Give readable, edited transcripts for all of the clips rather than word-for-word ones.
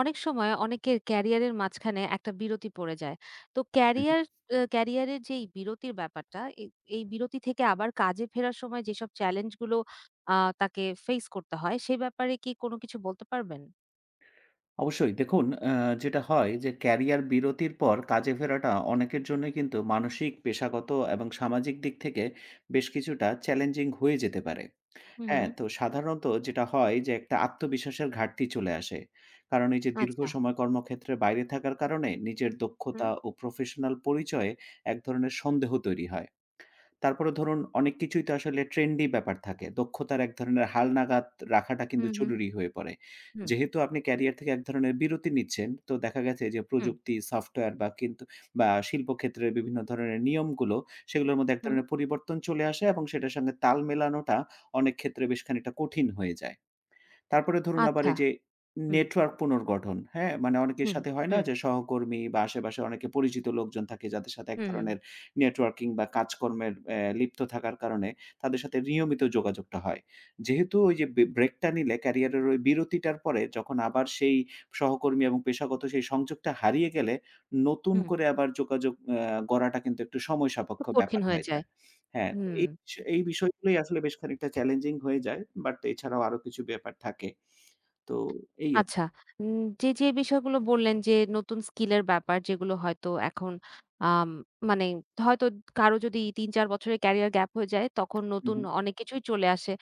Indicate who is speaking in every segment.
Speaker 1: অনেক সময় অনেকের ক্যারিয়ারের মাঝখানে একটা বিরতি পড়ে যায়। তো ক্যারিয়ার
Speaker 2: হুম,
Speaker 1: অ্যা ক্যারিয়ারের যেই বিরতির ব্যাপারটা, এই বিরতি থেকে আবার কাজে ফেরার সময় যেসব চ্যালেঞ্জ গুলো আ তাকে ফেস করতে হয়, সে ব্যাপারে কি কোনো কিছু বলতে পারবেন?
Speaker 2: অবশ্যই। দেখুন, আ যেটা হয় যে ক্যারিয়ার বিরতির পর কাজে ফেরাটা অনেকের জন্যই কিন্তু মানসিক, পেশাগত এবং সামাজিক দিক থেকে বেশ কিছুটা চ্যালেঞ্জিং হয়ে যেতে পারে।
Speaker 1: হু, হু।
Speaker 2: হ্যাঁ? তো সাধারণত যেটা হয় যে একটা আত্মবিশ্বাসের ঘাটতি চলে আসে। কারণ এই যে দীর্ঘ
Speaker 1: আচ্ছা।
Speaker 2: সময় কর্মক্ষেত্রে বাইরে থাকার কারণে নিজের
Speaker 1: হুম,
Speaker 2: দক্ষতা ও প্রফেশনাল পরিচয়ে এক ধরনের সন্দেহ তৈরি হয়। তারপরে ধরুন, অনেক কিছুই তো আসলে ট্রেন্ডি ব্যাপার থাকে। দক্ষতার এক ধরনের হালনাগাদ রাখাটা কিন্তু
Speaker 1: হুম, হুম,
Speaker 2: জরুরি হয়ে পড়ে।
Speaker 1: হুম,
Speaker 2: যেহেতু আপনি ক্যারিয়ার থেকে এক ধরনের বিরতি নিচ্ছেন, তো দেখা গেছে যে
Speaker 1: হুম,
Speaker 2: প্রযুক্তি, সফটওয়্যার বা কিন্তু বা শিল্পক্ষেত্রের বিভিন্ন ধরনের নিয়মগুলো, সেগুলোর মধ্যে এক
Speaker 1: হুম।
Speaker 2: ধরনের পরিবর্তন চলে আসে এবং সেটার সঙ্গে তাল মেলানোটা অনেক ক্ষেত্রে বেশ খানিকটা কঠিন হয়ে যায়। তারপরে ধরুন আবার
Speaker 1: আচ্ছা।
Speaker 2: এই যে
Speaker 1: হুম,
Speaker 2: নেটওয়ার্ক পুনর্গঠন, হ্যাঁ? মানে অনেকের
Speaker 1: হুম,
Speaker 2: সাথে হয় না
Speaker 1: হুম,
Speaker 2: যে সহকর্মী বা আশেপাশে অনেকে পরিচিত লোকজন থাকে যাদের সাথে এক
Speaker 1: হুম, হুম,
Speaker 2: ধরনের নেটওয়ার্কিং বা কাজকর্মের লিপ্ত থাকার কারণে তাদের সাথে নিয়মিত যোগাযোগটা হয়। যেহেতু ওই যে ব্রেকটা নিলে ক্যারিয়ারের ওই বিরতিটার পরে যখন আবার সেই সহকর্মী এবং পেশাগত সেই সংযোগটা হারিয়ে গেলে নতুন
Speaker 1: হুম।
Speaker 2: করে আবার যোগাযোগ গড়াটা কিন্তু একটু সময় সাপেক্ষ
Speaker 1: খুব কঠিন
Speaker 2: ব্যাপার
Speaker 1: হয়ে
Speaker 2: হয়ে
Speaker 1: যায়।
Speaker 2: যায়। হ্যাঁ, তো
Speaker 1: হুম।
Speaker 2: এই এই বিষয়গুলোই আসলে বেশ খানিকটা চ্যালেঞ্জিং হয়ে যায়। বাট এছাড়াও আরো কিছু ব্যাপার থাকে। তো এই আর
Speaker 1: আচ্ছা। যে বিষয়গুলো বললেন যে, নতুন স্কিলের ব্যাপার যেগুলো হয়তো এখন আম মানে হয়তো কারো যদি ৩-৪ বছরের ক্যারিয়ার গ্যাপ হয়ে যায় তখন
Speaker 2: হু,
Speaker 1: নতুন
Speaker 2: হু,
Speaker 1: অনেক কিছুই চলে আসে।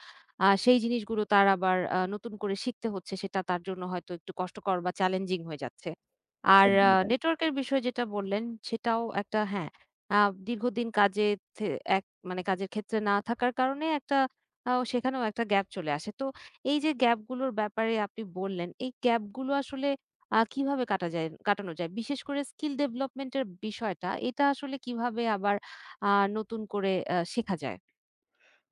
Speaker 1: সেই জিনিসগুলো তার আবার নতুন করে শিখতে হচ্ছে সেটা তার জন্য হয়তো একটু কষ্টকর বা চ্যালেঞ্জিং হয়ে যাচ্ছে। আর
Speaker 2: একদমই তাই।
Speaker 1: নেটওয়ার্কের বিষয় যেটা বললেন সেটাও একটা, হ্যাঁ, আ দীর্ঘদিন কাজে থে এক মানে কাজের ক্ষেত্রে না থাকার কারণে একটা সেখানেও একটা গ্যাপ চলে আসে। তো এই যে গ্যাপ গুলোর ব্যাপারে আপনি বললেন, এই গ্যাপ গুলো আসলে কিভাবে কাটানো যায়? বিশেষ করে স্কিল ডেভেলপমেন্ট এর বিষয়টা, এটা আসলে কিভাবে আবার আ নতুন করে শেখা যায়?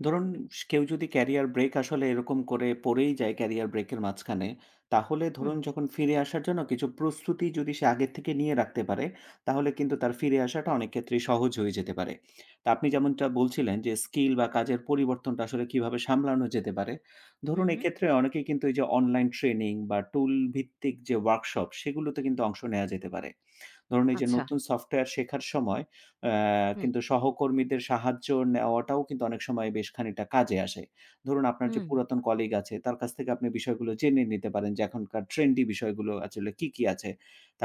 Speaker 2: ধরুন, কেউ যদি ক্যারিয়ার ব্রেক আসলে এরকম করে পড়েই যায় ক্যারিয়ার ব্রেকের মাঝখানে, তাহলে
Speaker 1: হুম,
Speaker 2: ধরুন যখন ফিরে আসার জন্য কিছু প্রস্তুতি যদি সে আগের থেকে নিয়ে রাখতে পারে, তাহলে কিন্তু তার ফিরে আসাটা অনেক ক্ষেত্রেই সহজ হয়ে যেতে পারে। তা আপনি যেমনটা বলছিলেন যে স্কিল বা কাজের পরিবর্তনটা আসলে কিভাবে সামলানো যেতে পারে।
Speaker 1: হুম,
Speaker 2: ধরুন,
Speaker 1: হুম।
Speaker 2: এক্ষেত্রে অনেকেই কিন্তু এই যে অনলাইন ট্রেনিং বা টুল ভিত্তিক যে ওয়ার্কশপ সেগুলোতে কিন্তু অংশ নেয়া যেতে পারে। ধরুন, এই যে
Speaker 1: আচ্ছা।
Speaker 2: নতুন সফটওয়্যার শেখার সময় আ
Speaker 1: হুম,
Speaker 2: কিন্তু সহকর্মীদের সাহায্য নেওয়াটাও কিন্তু অনেক সময় বেশ খানিকটা কাজে আসে। ধরুন, আপনার যে
Speaker 1: হুম।
Speaker 2: পুরাতন কলিগ আছে তার কাছ থেকে আপনি বিষয়গুলো জেনে নিতে পারেন যে এখনকার ট্রেন্ডি বিষয়গুলো আসলে কি, কি আছে।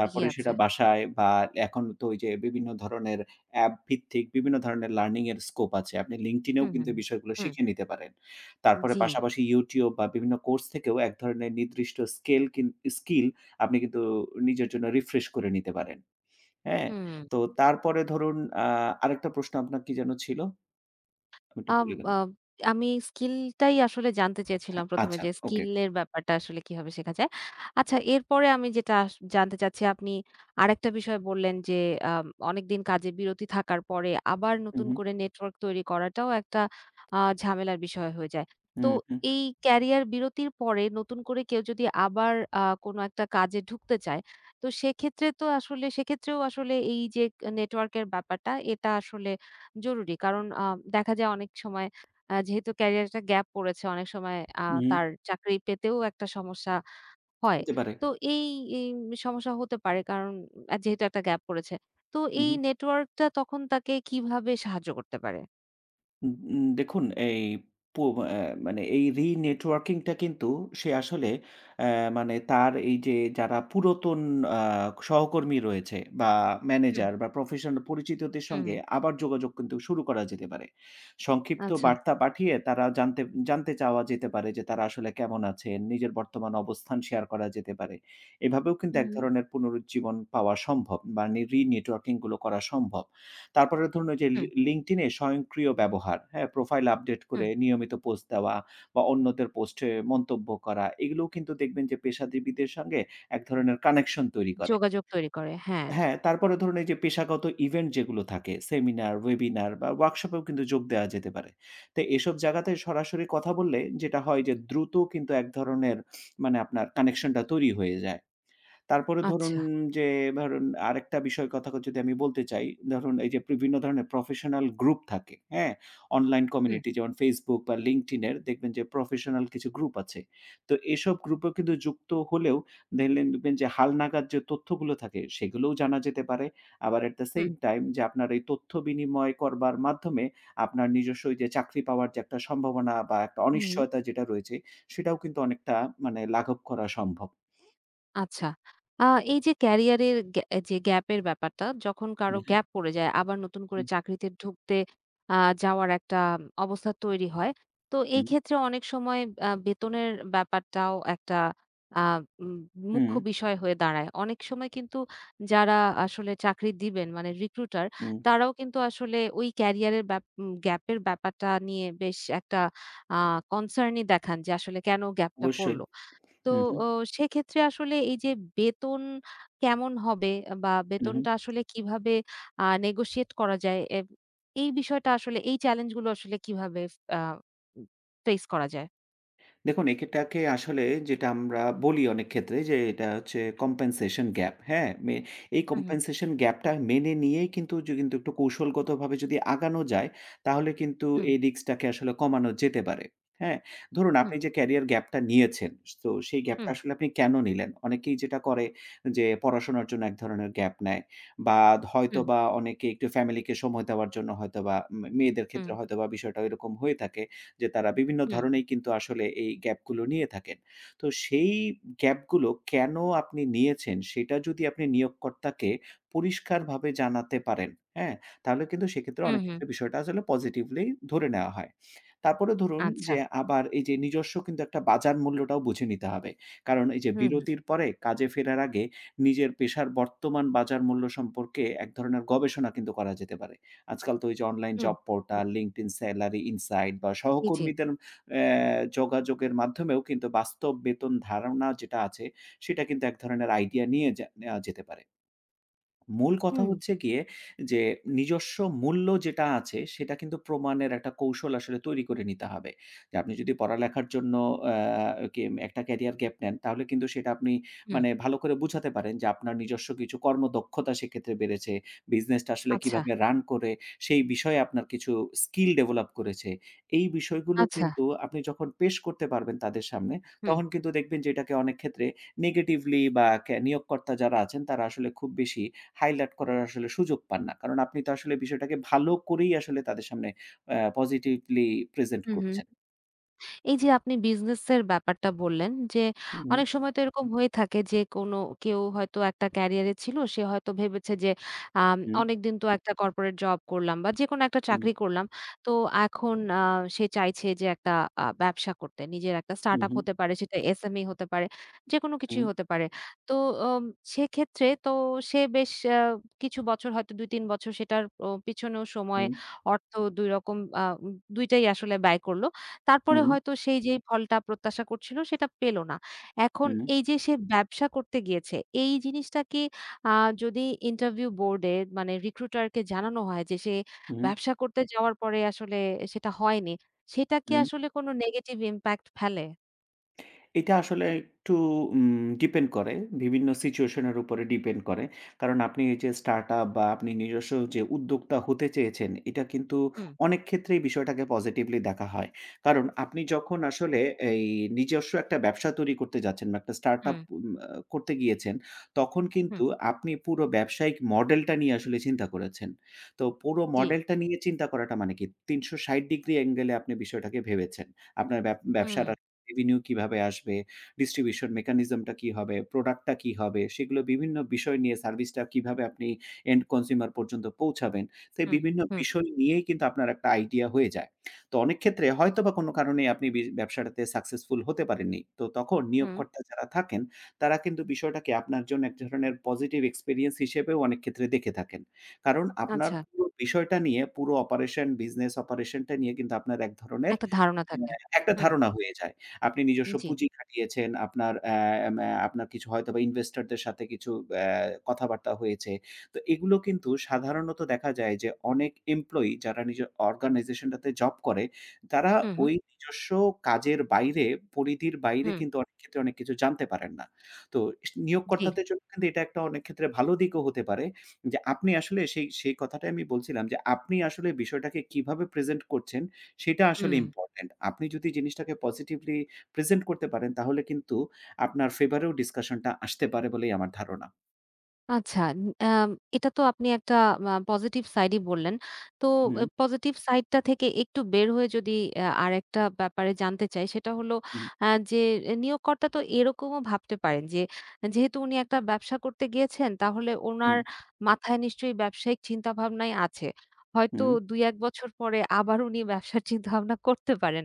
Speaker 1: কি, কি আছে?
Speaker 2: সেটা বাসায় বা এখন তো ওই যে বিভিন্ন ধরনের অ্যাপ ভিত্তিক বিভিন্ন ধরনের লার্নিং এর স্কোপ আছে। আপনি LinkedIn এও
Speaker 1: হুম,
Speaker 2: কিন্তু
Speaker 1: হুম,
Speaker 2: এই বিষয়গুলো
Speaker 1: হুম।
Speaker 2: শিখে নিতে পারেন।
Speaker 1: হুম,
Speaker 2: তারপরে
Speaker 1: জি।
Speaker 2: পাশাপাশি YouTube বা বিভিন্ন কোর্স থেকেও এক ধরনের নির্দিষ্ট স্কেল কিন স্কিল আপনি কিন্তু নিজের জন্য রিফ্রেশ করে নিতে পারেন। হ্যাঁ?
Speaker 1: হুম।
Speaker 2: তো তারপরে ধরুন আ আরেকটা প্রশ্ন আপনার কি যেন ছিল? আমি একটু
Speaker 1: আম
Speaker 2: ভুলে
Speaker 1: আ
Speaker 2: গেলাম।
Speaker 1: আমি স্কিলটাই আসলে জানতে চেয়েছিলাম
Speaker 2: হ্যাঁ,
Speaker 1: ১ম এ
Speaker 2: আচ্ছা,
Speaker 1: যে
Speaker 2: ওকে।
Speaker 1: স্কিল এর ব্যাপারটা আসলে কিভাবে শেখা যায়। আচ্ছা, এরপরে আমি যেটা জানতে চাচ্ছি, আপনি আরেকটা বিষয় বললেন যে আম অনেকদিন কাজে বিরতি থাকার পরে আবার
Speaker 2: হু,
Speaker 1: নতুন
Speaker 2: হু,
Speaker 1: করে নেটওয়ার্ক তৈরি করাটাও একটা ঝামেলার বিষয় হয়ে যায়।
Speaker 2: হু,
Speaker 1: তো
Speaker 2: হু,
Speaker 1: এই ক্যারিয়ার বিরতির পরে নতুন করে কেউ যদি আবার কোনো একটা কাজে ঢুকতে চায়, তো সেক্ষেত্রেও আসলে এই যে নেটওয়ার্ক এর ব্যাপারটা, এটা আসলে জরুরি। কারণ দেখা যায় অনেক সময় যেহেতু ক্যারিয়ার একটা গ্যাপ পড়েছে, অনেক সময়
Speaker 2: হু,
Speaker 1: তার চাকরি পেতেও একটা সমস্যা হয়।
Speaker 2: হতে পারে।
Speaker 1: তো এই, এই সমস্যা হতে পারে কারণ যেহেতু একটা গ্যাপ পড়েছে। তো
Speaker 2: হু,
Speaker 1: এই
Speaker 2: হু।
Speaker 1: নেটওয়ার্কটা তখন তাকে কিভাবে সাহায্য করতে পারে?
Speaker 2: উম উম দেখুন, এই পো অ্যা মানে এই রি-নেটওয়ার্কিংটা কিন্তু সে আসলে অ্যা মানে তার এই যে যারা পুরাতন আ সহকর্মী রয়েছে বা
Speaker 1: হুম,
Speaker 2: ম্যানেজার বা প্রফেশনাল পরিচিতদের
Speaker 1: হুম,
Speaker 2: সঙ্গে
Speaker 1: হুম।
Speaker 2: আবার যোগাযোগ কিন্তু শুরু করা যেতে পারে। সংক্ষিপ্ত
Speaker 1: আচ্ছা।
Speaker 2: বার্তা পাঠিয়ে তারা জানতে জানতে চাওয়া যেতে পারে যে তারা আসলে কেমন আছেন, নিজের বর্তমান অবস্থান শেয়ার করা যেতে পারে। এভাবেও কিন্তু
Speaker 1: হুম,
Speaker 2: এক
Speaker 1: হুম।
Speaker 2: ধরনের পুনরুজ্জীবন পাওয়া সম্ভব বা রি-নেটওয়ার্কিং গুলো করা সম্ভব। তারপরে ধরুন ওই যে
Speaker 1: হুম,
Speaker 2: LinkedIn এ স্বয়ংক্রিয় ব্যবহার, হ্যাঁ? প্রোফাইল আপডেট করে
Speaker 1: হুম।
Speaker 2: নিয়মিত পোস্ট দেওয়া বা অন্যদের পোস্টে মন্তব্য করা, এগুলোও কিন্তু দেখবেন যে পেশাজীবীদের সঙ্গে এক ধরনের কানেকশন তৈরি করে।
Speaker 1: যোগাযোগ তৈরি করে। হ্যাঁ,
Speaker 2: হ্যাঁ, তারপরে ধরুন এই যে পেশাগত ইভেন্ট যেগুলো থাকে, সেমিনার, ওয়েবিনার বা ওয়ার্কশপেও কিন্তু যোগ দেওয়া যেতে পারে। তো এসব জায়গাতে সরাসরি কথা বললে যেটা হয় যে দ্রুত কিন্তু এক ধরনের মানে আপনার কানেকশনটা তৈরি হয়ে যায়। তারপরে ধরুন
Speaker 1: আচ্ছা।
Speaker 2: যে ধরুন আরেকটা বিষয়ের কথা যদি আমি বলতে চাই, ধরুন এই যে বিভিন্ন ধরনের প্রফেশনাল গ্রুপ থাকে, হ্যাঁ? অনলাইন
Speaker 1: হুম,
Speaker 2: কমিউনিটি যেমন Facebook বা LinkedIn এর দেখবেন যে প্রফেশনাল কিছু গ্রুপ আছে। তো এসব গ্রুপেও কিন্তু যুক্ত হলেও দেখবেন যে হালনাগাদ যে তথ্যগুলো থাকে সেগুলোও জানা যেতে পারে। আবার at the
Speaker 1: hmm,
Speaker 2: same time যে আপনার এই তথ্য বিনিময় করবার মাধ্যমে আপনার নিজস্ব ওই যে চাকরি পাওয়ার যে একটা সম্ভাবনা বা একটা
Speaker 1: হুম।
Speaker 2: অনিশ্চয়তা যেটা রয়েছে সেটাও কিন্তু অনেকটা মানে লাঘব করা সম্ভব।
Speaker 1: আচ্ছা। আ এই যে ক্যারিয়ারের যে গ্যাপের ব্যাপারটা, যখন কারো
Speaker 2: হ্যাঁ, হ্যাঁ।
Speaker 1: গ্যাপ পড়ে যায়, আবার নতুন করে
Speaker 2: হুম,
Speaker 1: চাকরিতে ঢুকতে আ যাওয়ার একটা অবস্থা তৈরি হয়। তো এই
Speaker 2: হুম।
Speaker 1: ক্ষেত্রে অনেক সময় বেতনের ব্যাপারটাও একটা আ উম
Speaker 2: হুম,
Speaker 1: মুখ্য বিষয় হয়ে দাঁড়ায়। অনেক সময় কিন্তু যারা আসলে চাকরি দিবেন, মানে রিক্রুটার,
Speaker 2: হুম।
Speaker 1: তারাও কিন্তু আসলে ওই ক্যারিয়ারের ব্যাপ উম গ্যাপের ব্যাপারটা নিয়ে বেশ একটা আ কনসার্নই দেখান যে আসলে কেন গ্যাপটা পড়ল?
Speaker 2: অবশ্যই।
Speaker 1: তো
Speaker 2: হু, হু,
Speaker 1: ও সেক্ষেত্রে আসলে এই যে বেতন কেমন হবে, বা
Speaker 2: হু, হু।
Speaker 1: বেতনটা আসলে কিভাবে নেগোশিয়েট করা যায়? এই বিষয়টা আসলে, এই চ্যালেঞ্জ গুলো আসলে কিভাবে আ ফেস করা যায়?
Speaker 2: দেখুন, একেটাকে আসলে যেটা আমরা বলি অনেক ক্ষেত্রে যে এটা হচ্ছে কম্পেনসেশন গ্যাপ, হ্যাঁ? এই
Speaker 1: হুম,
Speaker 2: কম্পেনসেশন গ্যাপটা মেনে নিয়েই কিন্তু একটু কৌশলগতভাবে যদি আগানো যায়, তাহলে কিন্তু
Speaker 1: হুম,
Speaker 2: এই রিস্কটাকে আসলে কমানো যেতে পারে, হ্যাঁ? ধরুন
Speaker 1: হুম,
Speaker 2: আপনি যে ক্যারিয়ার গ্যাপটা নিয়েছেন, তো সেই গ্যাপটা
Speaker 1: হুম,
Speaker 2: আসলে আপনি কেন নিলেন? অনেকেই যেটা করে যে পড়াশোনার জন্য এক ধরনের গ্যাপ নেয় বা
Speaker 1: হুম,
Speaker 2: হয়তোবা অনেকে একটু ফ্যামিলিকে সময় দেওয়ার জন্য হয়তোবা মেয়েদের
Speaker 1: হুম,
Speaker 2: ক্ষেত্রে হয়তোবা বিষয়টা এরকম হয়ে থাকে। যে তারা বিভিন্ন
Speaker 1: হুম,
Speaker 2: ধরনেই কিন্তু আসলে এই গ্যাপগুলো নিয়ে থাকেন। তো সেই গ্যাপগুলো কেন আপনি নিয়েছেন সেটা যদি আপনি নিয়োগকর্তাকে পরিষ্কারভাবে জানাতে পারেন, হ্যাঁ? তাহলে কিন্তু সেক্ষেত্রে
Speaker 1: হুম,
Speaker 2: অনেক
Speaker 1: হুম,
Speaker 2: ক্ষেত্রে বিষয়টা আসলে পজিটিভলি ধরে নেওয়া হয়। তারপরে ধরুন
Speaker 1: আচ্ছা।
Speaker 2: যে আবার এই যে নিজস্ব কিন্তু একটা বাজার মূল্যটাও বুঝে নিতে হবে। কারণ এই যে
Speaker 1: হুম, হুম,
Speaker 2: বিরতির পরে কাজে ফেরার আগে নিজের পেশার বর্তমান বাজার মূল্য সম্পর্কে এক ধরনের গবেষণা কিন্তু করা যেতে পারে। আজকাল তো ওই যে অনলাইন
Speaker 1: হুম,
Speaker 2: জব
Speaker 1: হুম,
Speaker 2: পোর্টাল, LinkedIn স্যালারি ইনসাইট বা
Speaker 1: জি, জি।
Speaker 2: সহকর্মীদের অ্যা যোগাযোগের মাধ্যমেও কিন্তু বাস্তব বেতন ধারণা যেটা আছে, সেটা কিন্তু এক ধরনের আইডিয়া নিয়ে নেওয়া যেতে পারে। মূল কথা
Speaker 1: হুম,
Speaker 2: হচ্ছে গিয়ে যে নিজস্ব মূল্য যেটা আছে সেটা কিন্তু প্রমাণের একটা কৌশল আসলে তৈরি করে নিতে হবে। যে আপনি যদি পড়ালেখার জন্য আ কে একটা ক্যারিয়ার গ্যাপ নেন তাহলে কিন্তু সেটা আপনি
Speaker 1: হুম,
Speaker 2: মানে ভালো করে বুঝাতে পারেন যে আপনার নিজস্ব কিছু কর্মদক্ষতা সেক্ষেত্রে বেড়েছে। বিজনেসটা আসলে
Speaker 1: আচ্ছা,
Speaker 2: কিভাবে রান করে সেই বিষয়ে আপনার কিছু স্কিল ডেভেলপ করেছে। এই বিষয়গুলো
Speaker 1: আচ্ছা।
Speaker 2: কিন্তু আপনি যখন পেশ করতে পারবেন তাদের সামনে
Speaker 1: হুম,
Speaker 2: তখন কিন্তু দেখবেন যে এটাকে অনেক ক্ষেত্রে নেগেটিভলি বা নিয়োগকর্তা যারা আছেন তারা আসলে খুব বেশি হাইলাইট করার আসলে সুযোগ পান না। কারণ আপনি তো আসলে বিষয়টাকে ভালো করেই আসলে তাদের সামনে পজিটিভলি প্রেজেন্ট
Speaker 1: হুম, হুম।
Speaker 2: করছেন।
Speaker 1: এই যে আপনি বিজনেসের ব্যাপারটা বললেন যে
Speaker 2: হু,
Speaker 1: অনেক সময় তো এরকম হয়ে থাকে যে কেউ হয়তো একটা ক্যারিয়ারে ছিল, সে হয়তো ভেবেছে যে
Speaker 2: হু,
Speaker 1: অনেকদিন তো একটা কর্পোরেট জব করলাম বা যে কোনো একটা
Speaker 2: হু,
Speaker 1: চাকরি করলাম, তো এখন সে চাইছে যে একটা ব্যবসা করতে, নিজের একটা
Speaker 2: হু,
Speaker 1: স্টার্ট আপ
Speaker 2: হু,
Speaker 1: হতে পারে, সেটা এসএমই হতে পারে, যে কোনো
Speaker 2: হু,
Speaker 1: কিছুই হতে পারে। তো উম, সেক্ষেত্রে তো সে বেশ আহ, কিছু বছর, হয়তো দুই তিন বছর, সেটার পিছনেও সময়,
Speaker 2: হু,
Speaker 1: অর্থ, দুই রকম দুইটাই আসলে ব্যয় করলো।
Speaker 2: হু,
Speaker 1: তারপরে হয়তো সেই যেই ফলটা প্রত্যাশা করছিল সেটা পেল না। এখন
Speaker 2: হু,
Speaker 1: এই যে সে ব্যবসা করতে গিয়েছে, এই জিনিসটাকে আ যদি ইন্টারভিউ বোর্ডে, মানে রিক্রুটারকে জানানো হয় যে সে
Speaker 2: হু, হু,
Speaker 1: ব্যবসা করতে যাওয়ার পরে আসলে সেটা হয়নি, সেটা কি
Speaker 2: হু।
Speaker 1: আসলে কোনো নেগেটিভ ইমপ্যাক্ট ফেলে?
Speaker 2: এটা আসলে একটু ডিপেন্ড করে। বিভিন্ন সিচুয়েশন এর উপরে ডিপেন্ড করে। কারণ আপনি এই যে স্টার্টআপ বা আপনি নিজস্ব যে উদ্যোক্তা হতে চেয়েছেন, এটা কিন্তু
Speaker 1: হুম,
Speaker 2: অনেক ক্ষেত্রেই বিষয়টাকে পজিটিভলি দেখা হয়। কারণ আপনি যখন আসলে এই নিজস্ব একটা ব্যবসা তৈরি করতে যাচ্ছেন বা একটা স্টার্টআপ
Speaker 1: হুম,
Speaker 2: উম আ করতে গিয়েছেন, তখন
Speaker 1: হুম,
Speaker 2: কিন্তু আপনি পুরো ব্যবসায়িক মডেলটা নিয়ে আসলে চিন্তা করেছেন। তো পুরো
Speaker 1: জি।
Speaker 2: মডেলটা নিয়ে চিন্তা করাটা মানে কি? ৩৬০ ডিগ্রি অ্যাঙ্গেল এ আপনি বিষয়টাকে ভেবেছেন। আপনার
Speaker 1: হুম,
Speaker 2: ব্যবসার রেভিনিউ কিভাবে আসবে? ডিস্ট্রিবিউশন মেকানিজম টা কি হবে? প্রোডাক্ট টা কি হবে? সেগুলো বিভিন্ন বিষয় নিয়ে সার্ভিসটা কিভাবে আপনি এন্ড কনজিউমার পর্যন্ত পৌঁছাবেন? তো এই
Speaker 1: হুম,
Speaker 2: বিভিন্ন
Speaker 1: হুম,
Speaker 2: বিষয় নিয়েই কিন্তু আপনার একটা আইডিয়া হয়ে যায়। তো অনেক ক্ষেত্রে হয়তোবা কোনো কারণে আপনি ব্যবসাটাতে সাকসেসফুল হতে পারেননি। তো তখন
Speaker 1: হুম,
Speaker 2: নিয়োগকর্তা যারা থাকেন, তারা কিন্তু বিষয়টাকে আপনার জন্য এক ধরনের পজিটিভ এক্সপেরিয়েন্স হিসেবেও অনেক ক্ষেত্রে দেখে থাকেন। কারণ আপনার
Speaker 1: আচ্ছা।
Speaker 2: পুরো বিষয়টা নিয়ে পুরো অপারেশন, বিজনেস অপারেশনটা নিয়ে কিন্তু আপনার এক ধরনের
Speaker 1: একটা ধারণা থাকে।
Speaker 2: একটা
Speaker 1: হুম,
Speaker 2: ধারণা হয়ে যায়। আপনি নিজস্ব
Speaker 1: জি।
Speaker 2: পুঁজি খাটিয়েছেন, আপনার অ্যা ম্যা আপনার কিছু হয়তোবা ইনভেস্টরদের সাথে কিছু কথাবার্তা হয়েছে। তো এগুলো কিন্তু সাধারণত দেখা যায় যে অনেক এমপ্লয়ি যারা নিজের অর্গানাইজেশনটাতে জব করে, তারা
Speaker 1: হুম, হুম,
Speaker 2: ওই নিজস্ব কাজের বাইরে, পরিধির বাইরে
Speaker 1: হুম,
Speaker 2: কিন্তু অনেক ক্ষেত্রে অনেক কিছু জানতে পারেন না। তো
Speaker 1: জি,
Speaker 2: নিয়োগকর্তাদের জন্য কিন্তু এটা একটা অনেক ক্ষেত্রে ভালো দিকও হতে পারে যে আপনি আসলে সেই কথাটাই আমি বলছিলাম যে আপনি আসলে বিষয়টাকে কিভাবে প্রেজেন্ট করছেন সেটা আসলে
Speaker 1: হুম।
Speaker 2: ইম্পোর্টেন্ট। আপনি যদি জিনিসটাকে পজিটিভলি প্রেজেন্ট করতে পারেন, তাহলে কিন্তু আপনার ফেভারেও ডিসকাশনটা আসতে পারে বলেই আমার ধারণা।
Speaker 1: আচ্ছা। আম এটা তো আপনি একটা পজিটিভ সাইডই বললেন। তো
Speaker 2: হুম,
Speaker 1: এ পজিটিভ সাইডটা থেকে একটু বের হয়ে যদি আরেকটা ব্যাপারে জানতে চাই, সেটা হলো
Speaker 2: হুম,
Speaker 1: যে নিয়োগকর্তা তো এরকমও ভাবতে পারেন যে যেহেতু উনি একটা ব্যবসা করতে গিয়েছেন, তাহলে
Speaker 2: হুম,
Speaker 1: উনার মাথায় নিশ্চয়ই ব্যবসায়িক চিন্তাভাবনাই আছে। হয়তো
Speaker 2: হুম,
Speaker 1: ২-১ বছর পরে আবার উনি ব্যবসার চিন্তাভাবনা করতে পারেন।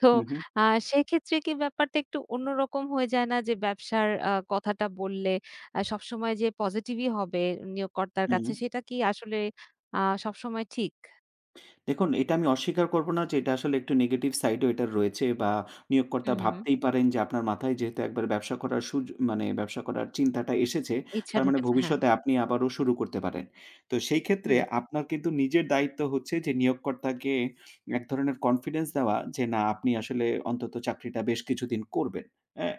Speaker 1: তো
Speaker 2: হুম,
Speaker 1: আ সেক্ষেত্রে কি ব্যাপারটা একটু অন্যরকম হয়ে যায় না, যে ব্যবসার কথাটা বললে সবসময় যে পজিটিভই হবে নিয়োগকর্তার
Speaker 2: হুম।
Speaker 1: কাছে, সেটা কি আসলে আ সবসময় ঠিক?
Speaker 2: দেখুন, এটা আমি অস্বীকার করব না যে এটা আসলে একটু নেগেটিভ সাইডও এটার রয়েছে বা
Speaker 1: হু,
Speaker 2: নিয়োগকর্তা
Speaker 1: হু, হু।
Speaker 2: ভাবতেই পারেন যে আপনার মাথায় যেহেতু একবার ব্যবসা করার মানে ব্যবসা করার চিন্তাটা এসেছে,
Speaker 1: ইচ্ছা
Speaker 2: তার মানে
Speaker 1: ঢুকেছে, হ্যাঁ।
Speaker 2: ভবিষ্যতে আপনি আবারও শুরু করতে পারেন। তো সেই ক্ষেত্রে
Speaker 1: হুম,
Speaker 2: আপনার কিন্তু নিজের দায়িত্ব হচ্ছে যে নিয়োগকর্তাকে এক ধরনের কনফিডেন্স দেওয়া যে না, আপনি আসলে অন্তত চাকরিটা বেশ কিছুদিন করবেন। হ্যাঁ?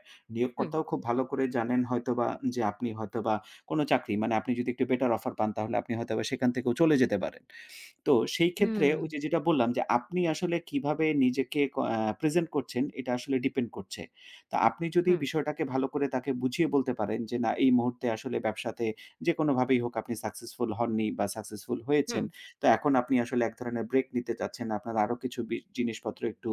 Speaker 1: হুম,
Speaker 2: নিয়োগকর্তাও খুব ভালো করে জানেন হয়তোবা যে আপনি হয়তোবা কোনো চাকরি মানে আপনি যদি একটু বেটার অফার পান তাহলে আপনি হয়তোবা সেখান থেকেও চলে যেতে পারেন। তো সেই ক্ষেত্রে
Speaker 1: হুম,
Speaker 2: ওই যে যেটা বললাম যে আপনি আসলে কিভাবে নিজেকে ক আ প্রেজেন্ট করছেন এটা আসলে ডিপেন্ড করছে। তো আপনি যদি
Speaker 1: হুম,
Speaker 2: বিষয়টাকে ভালো করে তাকে বুঝিয়ে বলতে পারেন যে, "না, এই মুহূর্তে আসলে ব্যবসাতে যেকোনোভাবেই হোক আপনি সাকসেসফুল হননি বা সাকসেসফুল
Speaker 1: হুম,
Speaker 2: হয়েছেন। তো এখন আপনি আসলে এক ধরনের ব্রেক নিতে চাচ্ছেন। আপনার আরো কিছু জিনিসপত্র একটু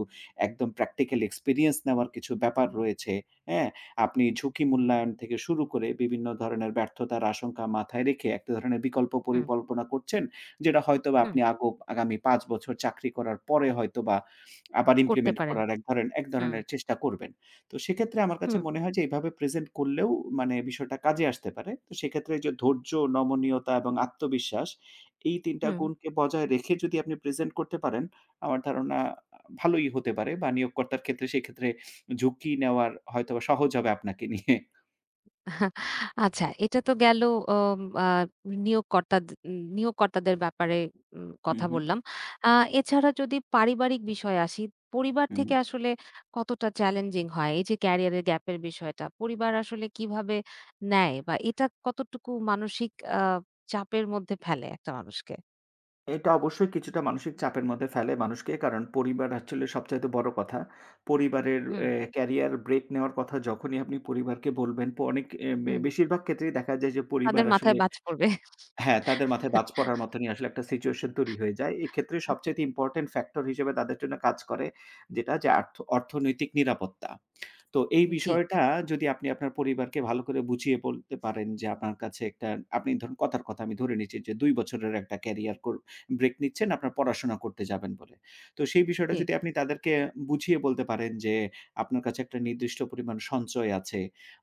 Speaker 2: একদম প্র্যাকটিক্যাল এক্সপেরিয়েন্স নেওয়ার কিছু ব্যাপার রয়েছে।" হ্যাঁ? আপনি ঝুঁকি মূল্যায়ন থেকে শুরু করে বিভিন্ন ধরনের ব্যর্থতার আশঙ্কা মাথায় রেখে একটা ধরনের বিকল্প
Speaker 1: হুম,
Speaker 2: পরিকল্পনা করছেন। যেটা হয়তোবা
Speaker 1: হুম,
Speaker 2: আপনি আগামী ৫ বছর চাকরি করার পরে হয়তোবা আবার
Speaker 1: করতে
Speaker 2: ইমপ্লিমেন্ট
Speaker 1: পারেন।
Speaker 2: করার এক
Speaker 1: হুম,
Speaker 2: ধরনের চেষ্টা করবেন। তো সেক্ষেত্রে আমার কাছে
Speaker 1: হুম,
Speaker 2: মনে হয় যে এভাবে প্রেজেন্ট করলেও মানে বিষয়টা কাজে আসতে পারে। তো সেক্ষেত্রে যে ধৈর্য, নমনীয়তা এবং আত্মবিশ্বাস এই ৩ টা
Speaker 1: হুম।
Speaker 2: গুণকে বজায় রেখে যদি আপনি প্রেজেন্ট করতে পারেন, আমার ধারণা ভালোই হতে পারে বা নিয়োগকর্তার ক্ষেত্রে সেক্ষেত্রে ঝুঁকি নেওয়ার হয়তোবা সহজ হবে আপনাকে নিয়ে।
Speaker 1: আচ্ছা, এটা তো গেল। অম আ নিয়োগকর্তা দ নিয়োগকর্তাদের ব্যাপারে
Speaker 2: হু,
Speaker 1: কথা
Speaker 2: হু,
Speaker 1: বললাম। আ এছাড়া যদি পারিবারিক বিষয়ে আসি, পরিবার থেকে
Speaker 2: হু।
Speaker 1: আসলে কতটা চ্যালেঞ্জিং হয়? এই যে ক্যারিয়ারের গ্যাপের বিষয়টা, পরিবার আসলে কিভাবে নেয়? বা এটা কতটুকু মানসিক আ চাপের মধ্যে ফেলে একটা মানুষকে?
Speaker 2: এটা অবশ্যই কিছুটা মানসিক চাপের মধ্যে ফেলে মানুষকে। কারণ পরিবার আসলে সবচাইতে বড় কথা। পরিবারের
Speaker 1: হুম,
Speaker 2: এ ক্যারিয়ার ব্রেক নেওয়ার কথা যখনই আপনি পরিবারকে বলবেন, প অনেক এ বে
Speaker 1: হুম।
Speaker 2: বেশিরভাগ ক্ষেত্রেই দেখা যায় যে
Speaker 1: তাদের
Speaker 2: পরিবার
Speaker 1: মাথায়
Speaker 2: আসলে
Speaker 1: বাজ পড়বে।
Speaker 2: হ্যাঁ, তাদের মাথায় বাজ পড়ার মতনই আসলে একটা সিচুয়েশন তৈরি হয়ে যায়। এক্ষেত্রে সবচাইতে ইম্পোর্টেন্ট ফ্যাক্টর হিসেবে তাদের জন্য কাজ করে যেটা যে অর্থনৈতিক নিরাপত্তা। তো এই
Speaker 1: জি,
Speaker 2: বিষয়টা যদি আপনি আপনার পরিবারকে ভালো করে বুঝিয়ে বলতে পারেন যে আপনার কাছে একটা আপনি ধরুন কথার কথা আমি ধরে নিচ্ছি যে ২ বছরের একটা ক্যারিয়ার কর ব্রেক নিচ্ছেন আপনার পড়াশোনা করতে যাবেন বলে। তো সেই বিষয়টা
Speaker 1: জি।
Speaker 2: যদি আপনি তাদেরকে বুঝিয়ে বলতে পারেন যে আপনার কাছে একটা নির্দিষ্ট পরিমাণ সঞ্চয় আছে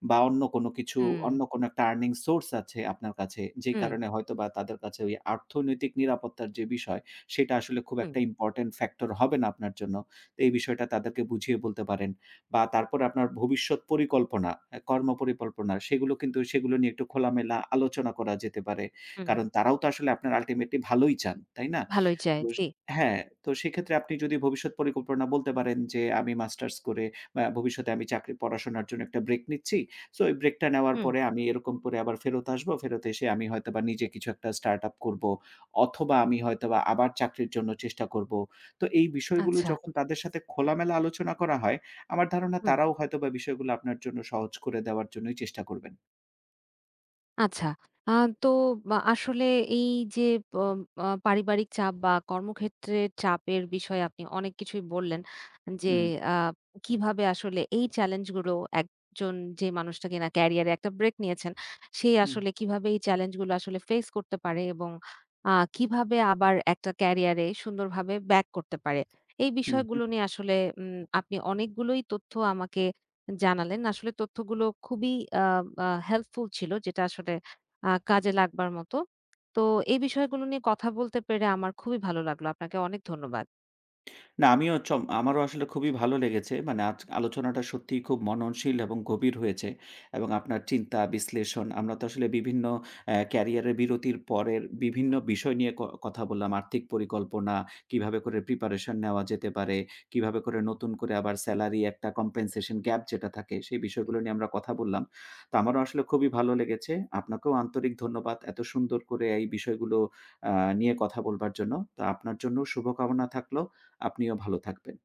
Speaker 2: বা অন্য কোনো কিছু
Speaker 1: হুম,
Speaker 2: অন্য কোনো একটা আর্নিং সোর্স আছে আপনার কাছে যে
Speaker 1: হুম,
Speaker 2: কারণে হয়তোবা তাদের কাছে ওই অর্থনৈতিক নিরাপত্তার যে বিষয় সেটা আসলে খুব
Speaker 1: হুম,
Speaker 2: একটা ইম্পোর্টেন্ট ফ্যাক্টর হবে না আপনার জন্য। তো এই বিষয়টা তাদেরকে বুঝিয়ে বলতে পারেন। বা তারপরে আপনার ভবিষ্যৎ পরিকল্পনা, কর্ম পরিকল্পনা সেগুলো কিন্তু সেগুলো নিয়ে একটু খোলামেলা আলোচনা করা যেতে পারে।
Speaker 1: হুম।
Speaker 2: কারণ তারাও তো আসলে আপনার আল্টিমেটলি ভালোই চান, তাই না?
Speaker 1: ভালোই চাই।
Speaker 2: তো স
Speaker 1: জি।
Speaker 2: হ্যাঁ, তো সেক্ষেত্রে আপনি যদি ভবিষ্যৎ পরিকল্পনা বলতে পারেন যে, আমি মাস্টার্স করে বা ভবিষ্যতে আমি চাকরি পড়াশোনার জন্য একটা ব্রেক নিচ্ছি। সো এই ব্রেকটা নেওয়ার
Speaker 1: হুম,
Speaker 2: পরে আমি এরকম করে আবার ফেরত আসবো। ফেরত এসে আমি হয়তোবা নিজে কিছু একটা স্টার্ট-আপ করবো অথবা আমি হয়তোবা আবার চাকরির জন্য চেষ্টা করবো। তো এই বিষয়গুলো
Speaker 1: আচ্ছা।
Speaker 2: যখন তাদের সাথে খোলামেলা আলোচনা করা হয়, আমার ধারণা
Speaker 1: হুম।
Speaker 2: তারাও হয়তোবা বিষয়গুলো আপনার জন্য সহজ করে দেওয়ার জন্যই চেষ্টা করবেন।
Speaker 1: আচ্ছা। আ তো বা আসলে এই যে প আ পারিবারিক চাপ বা কর্মক্ষেত্রের চাপের বিষয়ে আপনি অনেক কিছুই বললেন। যে
Speaker 2: হুম,
Speaker 1: আ কিভাবে আসলে এই চ্যালেঞ্জগুলো একজন, যে মানুষটা কিনা ক্যারিয়ারে একটা ব্রেক নিয়েছেন, সে
Speaker 2: হুম,
Speaker 1: আসলে কিভাবে এই চ্যালেঞ্জগুলো আসলে ফেস করতে পারে এবং কিভাবে আবার একটা ক্যারিয়ারে সুন্দরভাবে ব্যাক করতে পারে। এই
Speaker 2: হুম।
Speaker 1: বিষয়গুলো নিয়ে আসলে আপনি অনেকগুলোই তথ্য আমাকে জানালেন। আসলে তথ্যগুলো খুবই আ আ হেল্পফুল ছিল, যেটা আসলে কাজে লাগবার মতো। তো এই বিষয়গুলো নিয়ে কথা বলতে পেরে আমার খুবই ভালো লাগলো। আপনাকে অনেক ধন্যবাদ।
Speaker 2: না, আমিও চম আমারও আসলে খুবই ভালো লেগেছে। মানে আজ আলোচনাটা সত্যিই খুব মননশীল এবং গভীর হয়েছে। এবং আপনার চিন্তা, বিশ্লেষণ আমরা তো আসলে বিভিন্ন ক্যারিয়ারের বিরতির পরের বিভিন্ন বিষয় নিয়ে কথা বললাম। আর্থিক পরিকল্পনা, কিভাবে করে প্রিপারেশন নেওয়া যেতে পারে, কিভাবে করে নতুন করে আবার সেলারি একটা কম্পেনসেশন গ্যাপ যেটা থাকে, সেই বিষয়গুলো নিয়ে আমরা কথা বললাম। তো আমারও আসলে খুবই ভালো লেগেছে। আপনাকেও আন্তরিক ধন্যবাদ এত সুন্দর করে এই বিষয়গুলো আ নিয়ে কথা বলবার জন্য। তো আপনার জন্য শুভকামনা থাকলো। আপনিও ভালো থাকবেন।